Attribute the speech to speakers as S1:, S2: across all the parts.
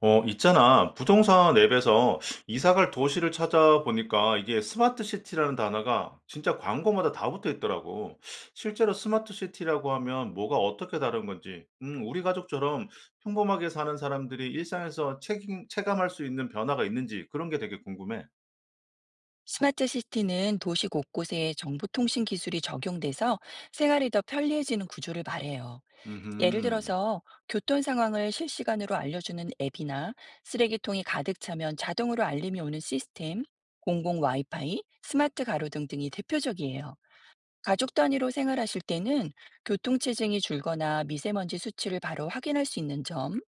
S1: 어, 있잖아. 부동산 앱에서 이사 갈 도시를 찾아보니까 이게 스마트 시티라는 단어가 진짜 광고마다 다 붙어 있더라고. 실제로 스마트 시티라고 하면 뭐가 어떻게 다른 건지, 우리 가족처럼 평범하게 사는 사람들이 일상에서 체감할 수 있는 변화가 있는지 그런 게 되게 궁금해.
S2: 스마트 시티는 도시 곳곳에 정보통신 기술이 적용돼서 생활이 더 편리해지는 구조를 말해요. 예를
S1: 음,
S2: 들어서 교통 상황을 실시간으로 알려주는 앱이나 쓰레기통이 가득 차면 자동으로 알림이 오는 시스템, 공공 와이파이, 스마트 가로등 등이 대표적이에요. 가족 단위로 생활하실 때는 교통체증이 줄거나 미세먼지 수치를 바로 확인할 수 있는 점,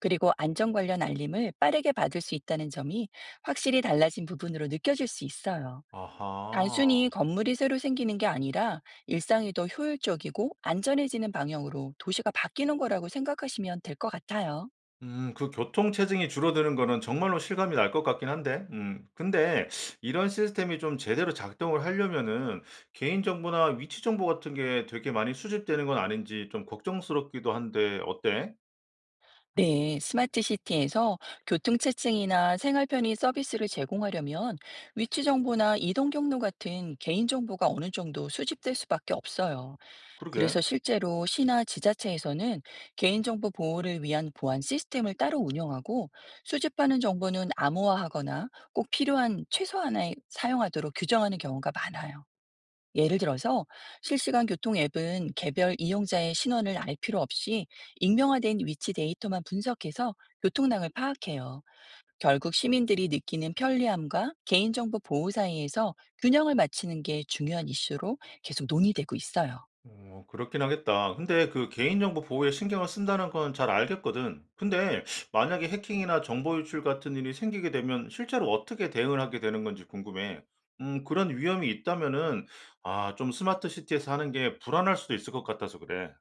S2: 그리고 안전 관련 알림을 빠르게 받을 수 있다는 점이 확실히 달라진 부분으로 느껴질 수 있어요.
S1: 아하.
S2: 단순히 건물이 새로 생기는 게 아니라 일상이 더 효율적이고 안전해지는 방향으로 도시가 바뀌는 거라고 생각하시면 될 것 같아요.
S1: 그 교통 체증이 줄어드는 거는 정말로 실감이 날 것 같긴 한데 근데 이런 시스템이 좀 제대로 작동을 하려면은 개인 정보나 위치 정보 같은 게 되게 많이 수집되는 건 아닌지 좀 걱정스럽기도 한데 어때?
S2: 네, 스마트 시티에서 교통체증이나 생활 편의 서비스를 제공하려면 위치 정보나 이동 경로 같은 개인 정보가 어느 정도 수집될 수밖에 없어요.
S1: 그러게.
S2: 그래서 실제로 시나 지자체에서는 개인정보 보호를 위한 보안 시스템을 따로 운영하고, 수집하는 정보는 암호화하거나 꼭 필요한 최소한에 사용하도록 규정하는 경우가 많아요. 예를 들어서 실시간 교통 앱은 개별 이용자의 신원을 알 필요 없이 익명화된 위치 데이터만 분석해서 교통량을 파악해요. 결국 시민들이 느끼는 편리함과 개인정보 보호 사이에서 균형을 맞추는 게 중요한 이슈로 계속 논의되고 있어요.
S1: 어 그렇긴 하겠다. 근데 그 개인정보 보호에 신경을 쓴다는 건 잘 알겠거든. 근데 만약에 해킹이나 정보 유출 같은 일이 생기게 되면 실제로 어떻게 대응을 하게 되는 건지 궁금해. 그런 위험이 있다면은, 아, 좀 스마트 시티에서 하는 게 불안할 수도 있을 것 같아서 그래.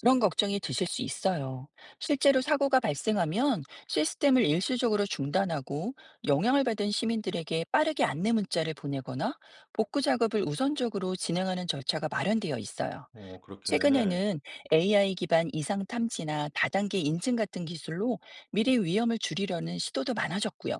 S2: 그런 걱정이 드실 수 있어요. 실제로 사고가 발생하면 시스템을 일시적으로 중단하고, 영향을 받은 시민들에게 빠르게 안내 문자를 보내거나 복구 작업을 우선적으로 진행하는 절차가 마련되어 있어요.
S1: 어, 그렇게.
S2: 최근에는 AI 기반 이상 탐지나 다단계 인증 같은 기술로 미래 위험을 줄이려는 시도도 많아졌고요.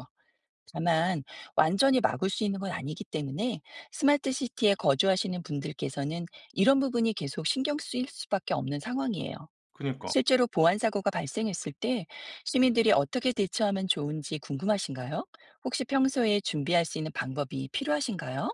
S2: 다만 완전히 막을 수 있는 건 아니기 때문에 스마트 시티에 거주하시는 분들께서는 이런 부분이 계속 신경 쓰일 수밖에 없는 상황이에요.
S1: 그니까.
S2: 실제로 보안 사고가 발생했을 때 시민들이 어떻게 대처하면 좋은지 궁금하신가요? 혹시 평소에 준비할 수 있는 방법이 필요하신가요?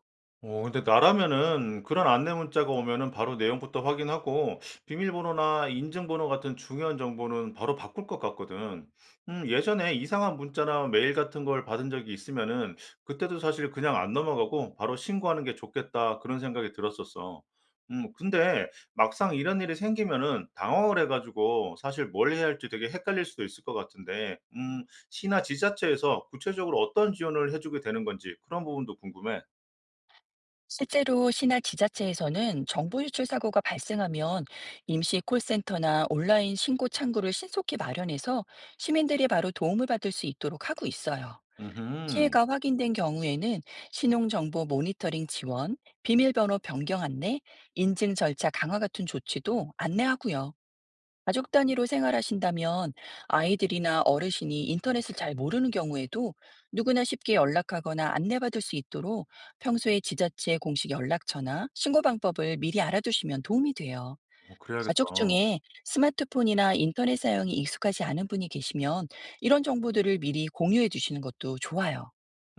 S1: 어 근데 나라면은 그런 안내 문자가 오면은 바로 내용부터 확인하고 비밀번호나 인증번호 같은 중요한 정보는 바로 바꿀 것 같거든. 예전에 이상한 문자나 메일 같은 걸 받은 적이 있으면은 그때도 사실 그냥 안 넘어가고 바로 신고하는 게 좋겠다 그런 생각이 들었었어. 근데 막상 이런 일이 생기면은 당황을 해가지고 사실 뭘 해야 할지 되게 헷갈릴 수도 있을 것 같은데, 시나 지자체에서 구체적으로 어떤 지원을 해주게 되는 건지 그런 부분도 궁금해.
S2: 실제로 시나 지자체에서는 정보 유출 사고가 발생하면 임시 콜센터나 온라인 신고 창구를 신속히 마련해서 시민들이 바로 도움을 받을 수 있도록 하고 있어요.
S1: 음흠.
S2: 피해가 확인된 경우에는 신용정보 모니터링 지원, 비밀번호 변경 안내, 인증 절차 강화 같은 조치도 안내하고요. 가족 단위로 생활하신다면 아이들이나 어르신이 인터넷을 잘 모르는 경우에도 누구나 쉽게 연락하거나 안내받을 수 있도록 평소에 지자체 공식 연락처나 신고 방법을 미리 알아두시면 도움이 돼요.
S1: 어 그래야겠다.
S2: 가족 중에 스마트폰이나 인터넷 사용이 익숙하지 않은 분이 계시면 이런 정보들을 미리 공유해 주시는 것도 좋아요.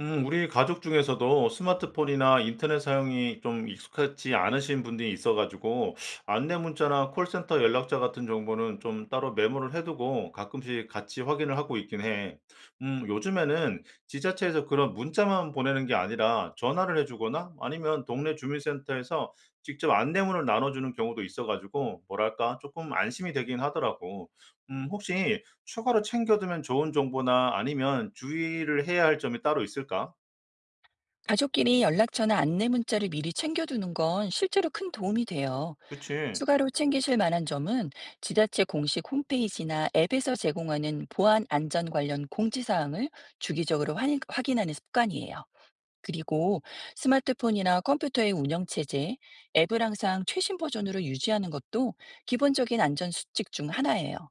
S1: 우리 가족 중에서도 스마트폰이나 인터넷 사용이 좀 익숙하지 않으신 분들이 있어 가지고 안내 문자나 콜센터 연락처 같은 정보는 좀 따로 메모를 해 두고 가끔씩 같이 확인을 하고 있긴 해. 요즘에는 지자체에서 그런 문자만 보내는 게 아니라 전화를 해 주거나 아니면 동네 주민센터에서 직접 안내문을 나눠 주는 경우도 있어 가지고 뭐랄까 조금 안심이 되긴 하더라고. 혹시 추가로 챙겨두면 좋은 정보나 아니면 주의를 해야 할 점이 따로 있을까?
S2: 가족끼리 연락처나 안내 문자를 미리 챙겨두는 건 실제로 큰 도움이 돼요.
S1: 그치.
S2: 추가로 챙기실 만한 점은 지자체 공식 홈페이지나 앱에서 제공하는 보안 안전 관련 공지사항을 주기적으로 확인하는 습관이에요. 그리고 스마트폰이나 컴퓨터의 운영체제, 앱을 항상 최신 버전으로 유지하는 것도 기본적인 안전 수칙 중 하나예요.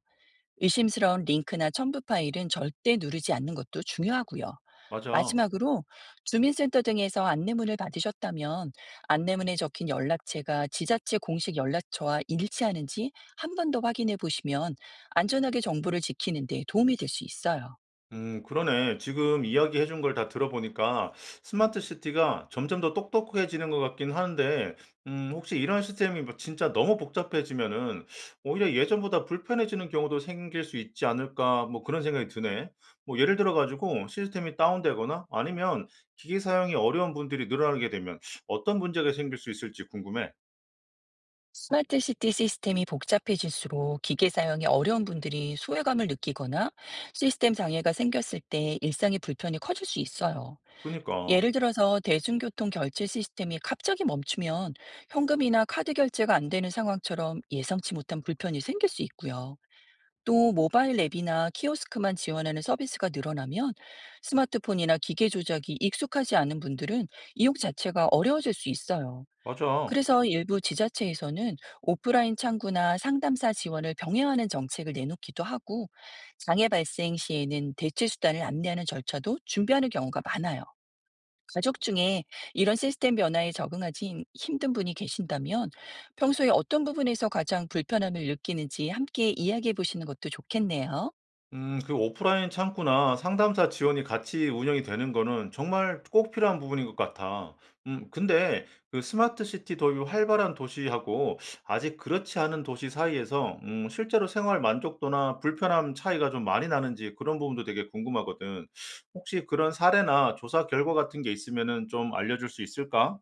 S2: 의심스러운 링크나 첨부 파일은 절대 누르지 않는 것도 중요하고요.
S1: 맞아.
S2: 마지막으로 주민센터 등에서 안내문을 받으셨다면 안내문에 적힌 연락처가 지자체 공식 연락처와 일치하는지 한 번 더 확인해 보시면 안전하게 정보를 지키는 데 도움이 될 수 있어요.
S1: 그러네. 지금 이야기해 준 걸 다 들어보니까 스마트 시티가 점점 더 똑똑해지는 것 같긴 하는데, 혹시 이런 시스템이 뭐 진짜 너무 복잡해지면은 오히려 예전보다 불편해지는 경우도 생길 수 있지 않을까? 뭐 그런 생각이 드네. 뭐 예를 들어 가지고 시스템이 다운되거나 아니면 기기 사용이 어려운 분들이 늘어나게 되면 어떤 문제가 생길 수 있을지 궁금해.
S2: 스마트 시티 시스템이 복잡해질수록 기계 사용이 어려운 분들이 소외감을 느끼거나 시스템 장애가 생겼을 때 일상의 불편이 커질 수 있어요.
S1: 그니까. 러
S2: 예를 들어서 대중교통 결제 시스템이 갑자기 멈추면 현금이나 카드 결제가 안 되는 상황처럼 예상치 못한 불편이 생길 수 있고요. 또 모바일 앱이나 키오스크만 지원하는 서비스가 늘어나면 스마트폰이나 기계 조작이 익숙하지 않은 분들은 이용 자체가 어려워질 수 있어요.
S1: 맞아.
S2: 그래서 일부 지자체에서는 오프라인 창구나 상담사 지원을 병행하는 정책을 내놓기도 하고, 장애 발생 시에는 대체 수단을 안내하는 절차도 준비하는 경우가 많아요. 가족 중에 이런 시스템 변화에 적응하지 힘든 분이 계신다면 평소에 어떤 부분에서 가장 불편함을 느끼는지 함께 이야기해 보시는 것도 좋겠네요.
S1: 그 오프라인 창구나 상담사 지원이 같이 운영이 되는 거는 정말 꼭 필요한 부분인 것 같아. 근데 그 스마트 시티 도입이 활발한 도시하고 아직 그렇지 않은 도시 사이에서 실제로 생활 만족도나 불편함 차이가 좀 많이 나는지 그런 부분도 되게 궁금하거든. 혹시 그런 사례나 조사 결과 같은 게 있으면은 좀 알려줄 수 있을까?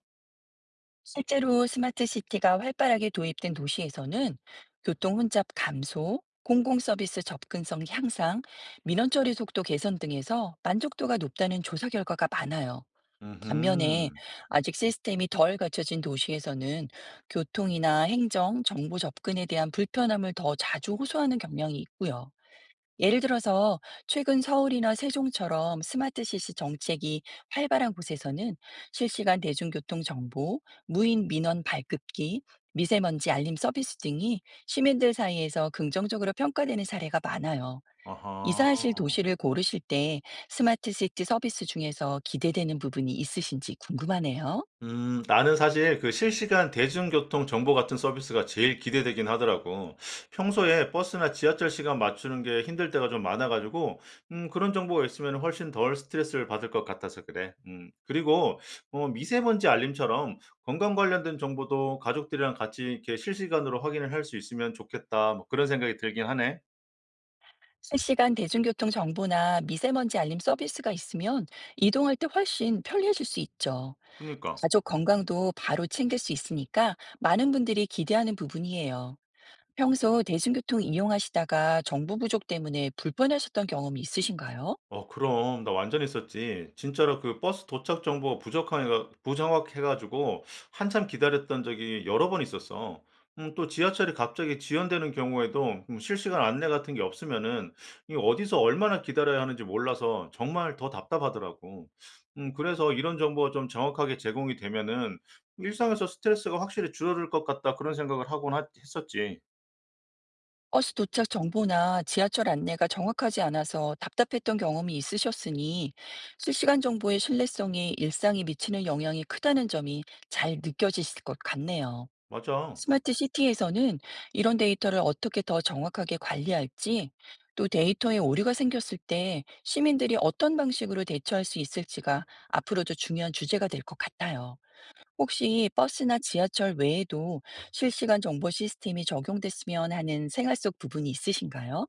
S2: 실제로 스마트 시티가 활발하게 도입된 도시에서는 교통 혼잡 감소, 공공 서비스 접근성 향상, 민원 처리 속도 개선 등에서 만족도가 높다는 조사 결과가 많아요. 반면에
S1: 음
S2: 아직 시스템이 덜 갖춰진 도시에서는 교통이나 행정, 정보 접근에 대한 불편함을 더 자주 호소하는 경향이 있고요. 예를 들어서 최근 서울이나 세종처럼 스마트 시시 정책이 활발한 곳에서는 실시간 대중교통 정보, 무인 민원 발급기, 미세먼지 알림 서비스 등이 시민들 사이에서 긍정적으로 평가되는 사례가 많아요.
S1: 아하.
S2: 이사하실 도시를 고르실 때 스마트 시티 서비스 중에서 기대되는 부분이 있으신지 궁금하네요.
S1: 나는 사실 그 실시간 대중교통 정보 같은 서비스가 제일 기대되긴 하더라고. 평소에 버스나 지하철 시간 맞추는 게 힘들 때가 좀 많아 가지고 그런 정보가 있으면 훨씬 덜 스트레스를 받을 것 같아서 그래. 그리고 어 미세먼지 알림처럼 건강 관련된 정보도 가족들이랑 같이 이렇게 실시간으로 확인을 할 수 있으면 좋겠다. 뭐 그런 생각이 들긴 하네.
S2: 실시간 대중교통 정보나 미세먼지 알림 서비스가 있으면 이동할 때 훨씬 편리해질 수 있죠.
S1: 그니까. 러
S2: 가족 건강도 바로 챙길 수 있으니까 많은 분들이 기대하는 부분이에요. 평소 대중교통 이용하시다가 정보 부족 때문에 불편하셨던 경험이 있으신가요?
S1: 어 그럼. 나 완전히 었지 진짜로 그 버스 도착 정보가 부적항해가 부정확해 가지고 한참 기다렸던 적이 여러 번 있었어. 또 지하철이 갑자기 지연되는 경우에도 실시간 안내 같은 게 없으면은 이 어디서 얼마나 기다려야 하는지 몰라서 정말 더 답답하더라고. 그래서 이런 정보가 좀 정확하게 제공이 되면은 일상에서 스트레스가 확실히 줄어들 것 같다 그런 생각을 하곤 하 했었지.
S2: 버스 도착 정보나 지하철 안내가 정확하지 않아서 답답했던 경험이 있으셨으니 실시간 정보의 신뢰성이 일상에 미치는 영향이 크다는 점이 잘 느껴지실 것 같네요.
S1: 맞아.
S2: 스마트 시티에서는 이런 데이터를 어떻게 더 정확하게 관리할지, 또 데이터에 오류가 생겼을 때 시민들이 어떤 방식으로 대처할 수 있을지가 앞으로도 중요한 주제가 될 것 같아요. 혹시 버스나 지하철 외에도 실시간 정보 시스템이 적용됐으면 하는 생활 속 부분이 있으신가요?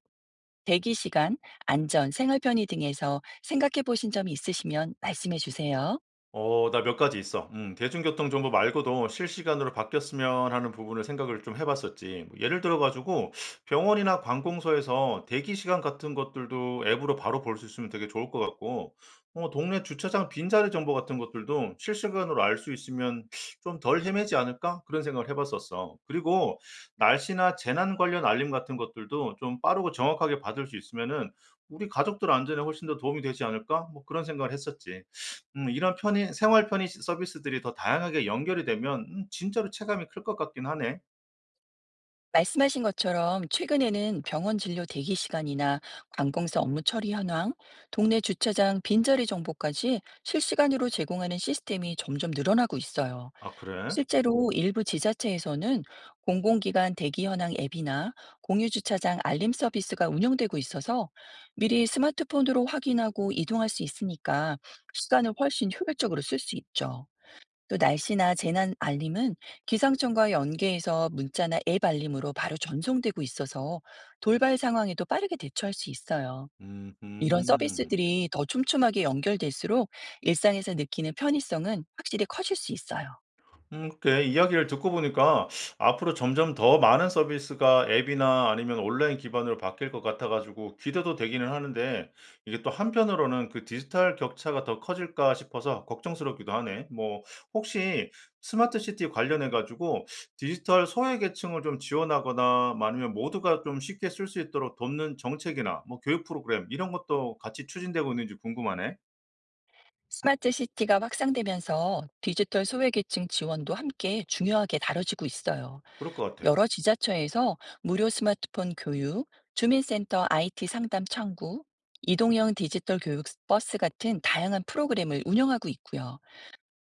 S2: 대기 시간, 안전, 생활 편의 등에서 생각해 보신 점이 있으시면 말씀해 주세요.
S1: 어, 나 몇 가지 있어. 대중교통 정보 말고도 실시간으로 바뀌었으면 하는 부분을 생각을 좀 해봤었지. 뭐 예를 들어가지고 병원이나 관공서에서 대기 시간 같은 것들도 앱으로 바로 볼 수 있으면 되게 좋을 것 같고, 어, 동네 주차장 빈자리 정보 같은 것들도 실시간으로 알 수 있으면 좀 덜 헤매지 않을까? 그런 생각을 해봤었어. 그리고 날씨나 재난 관련 알림 같은 것들도 좀 빠르고 정확하게 받을 수 있으면은 우리 가족들 안전에 훨씬 더 도움이 되지 않을까? 뭐 그런 생각을 했었지. 이런 편의 생활 편의 시 서비스들이 더 다양하게 연결이 되면 진짜로 체감이 클 것 같긴 하네.
S2: 말씀하신 것처럼 최근에는 병원 진료 대기 시간이나 관공서 업무 처리 현황, 동네 주차장 빈자리 정보까지 실시간으로 제공하는 시스템이 점점 늘어나고 있어요.
S1: 아 그래?
S2: 실제로 일부 지자체에서는 공공기관 대기 현황 앱이나 공유주차장 알림 서비스가 운영되고 있어서 미리 스마트폰으로 확인하고 이동할 수 있으니까 시간을 훨씬 효율적으로 쓸 수 있죠. 또 날씨나 재난 알림은 기상청과 연계해서 문자나 앱 알림으로 바로 전송되고 있어서 돌발 상황에도 빠르게 대처할 수 있어요. 이런
S1: 음음.
S2: 서비스들이 더 촘촘하게 연결될수록 일상에서 느끼는 편의성은 확실히 커질 수 있어요.
S1: 그렇게 이야기를 듣고 보니까 앞으로 점점 더 많은 서비스가 앱이나 아니면 온라인 기반으로 바뀔 것 같아가지고 기대도 되기는 하는데 이게 또 한편으로는 그 디지털 격차가 더 커질까 싶어서 걱정스럽기도 하네. 뭐 혹시 스마트 시티 관련해가지고 디지털 소외계층을 좀 지원하거나 아니면 모두가 좀 쉽게 쓸 수 있도록 돕는 정책이나 뭐 교육 프로그램 이런 것도 같이 추진되고 있는지 궁금하네.
S2: 스마트 시티가 확산되면서 디지털 소외계층 지원도 함께 중요하게 다뤄지고 있어요.
S1: 그럴 것 같아.
S2: 여러 지자체에서 무료 스마트폰 교육, 주민센터 IT 상담 창구, 이동형 디지털 교육 버스 같은 다양한 프로그램을 운영하고 있고요.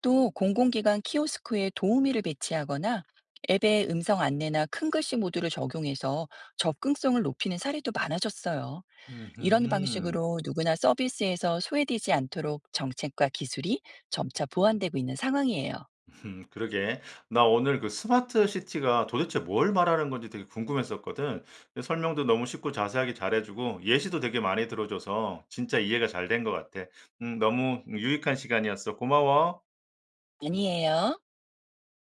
S2: 또 공공기관 키오스크에 도우미를 배치하거나 앱에 음성 안내나 큰 글씨 모드를 적용해서 접근성을 높이는 사례도 많아졌어요. 이런
S1: 음.
S2: 방식으로 누구나 서비스에서 소외되지 않도록 정책과 기술이 점차 보완되고 있는 상황이에요.
S1: 그러게. 나 오늘 그 스마트 시티가 도대체 뭘 말하는 건지 되게 궁금했었거든. 근데 설명도 너무 쉽고 자세하게 잘해주고 예시도 되게 많이 들어줘서 진짜 이해가 잘 된 것 같아. 너무 유익한 시간이었어. 고마워.
S2: 아니에요.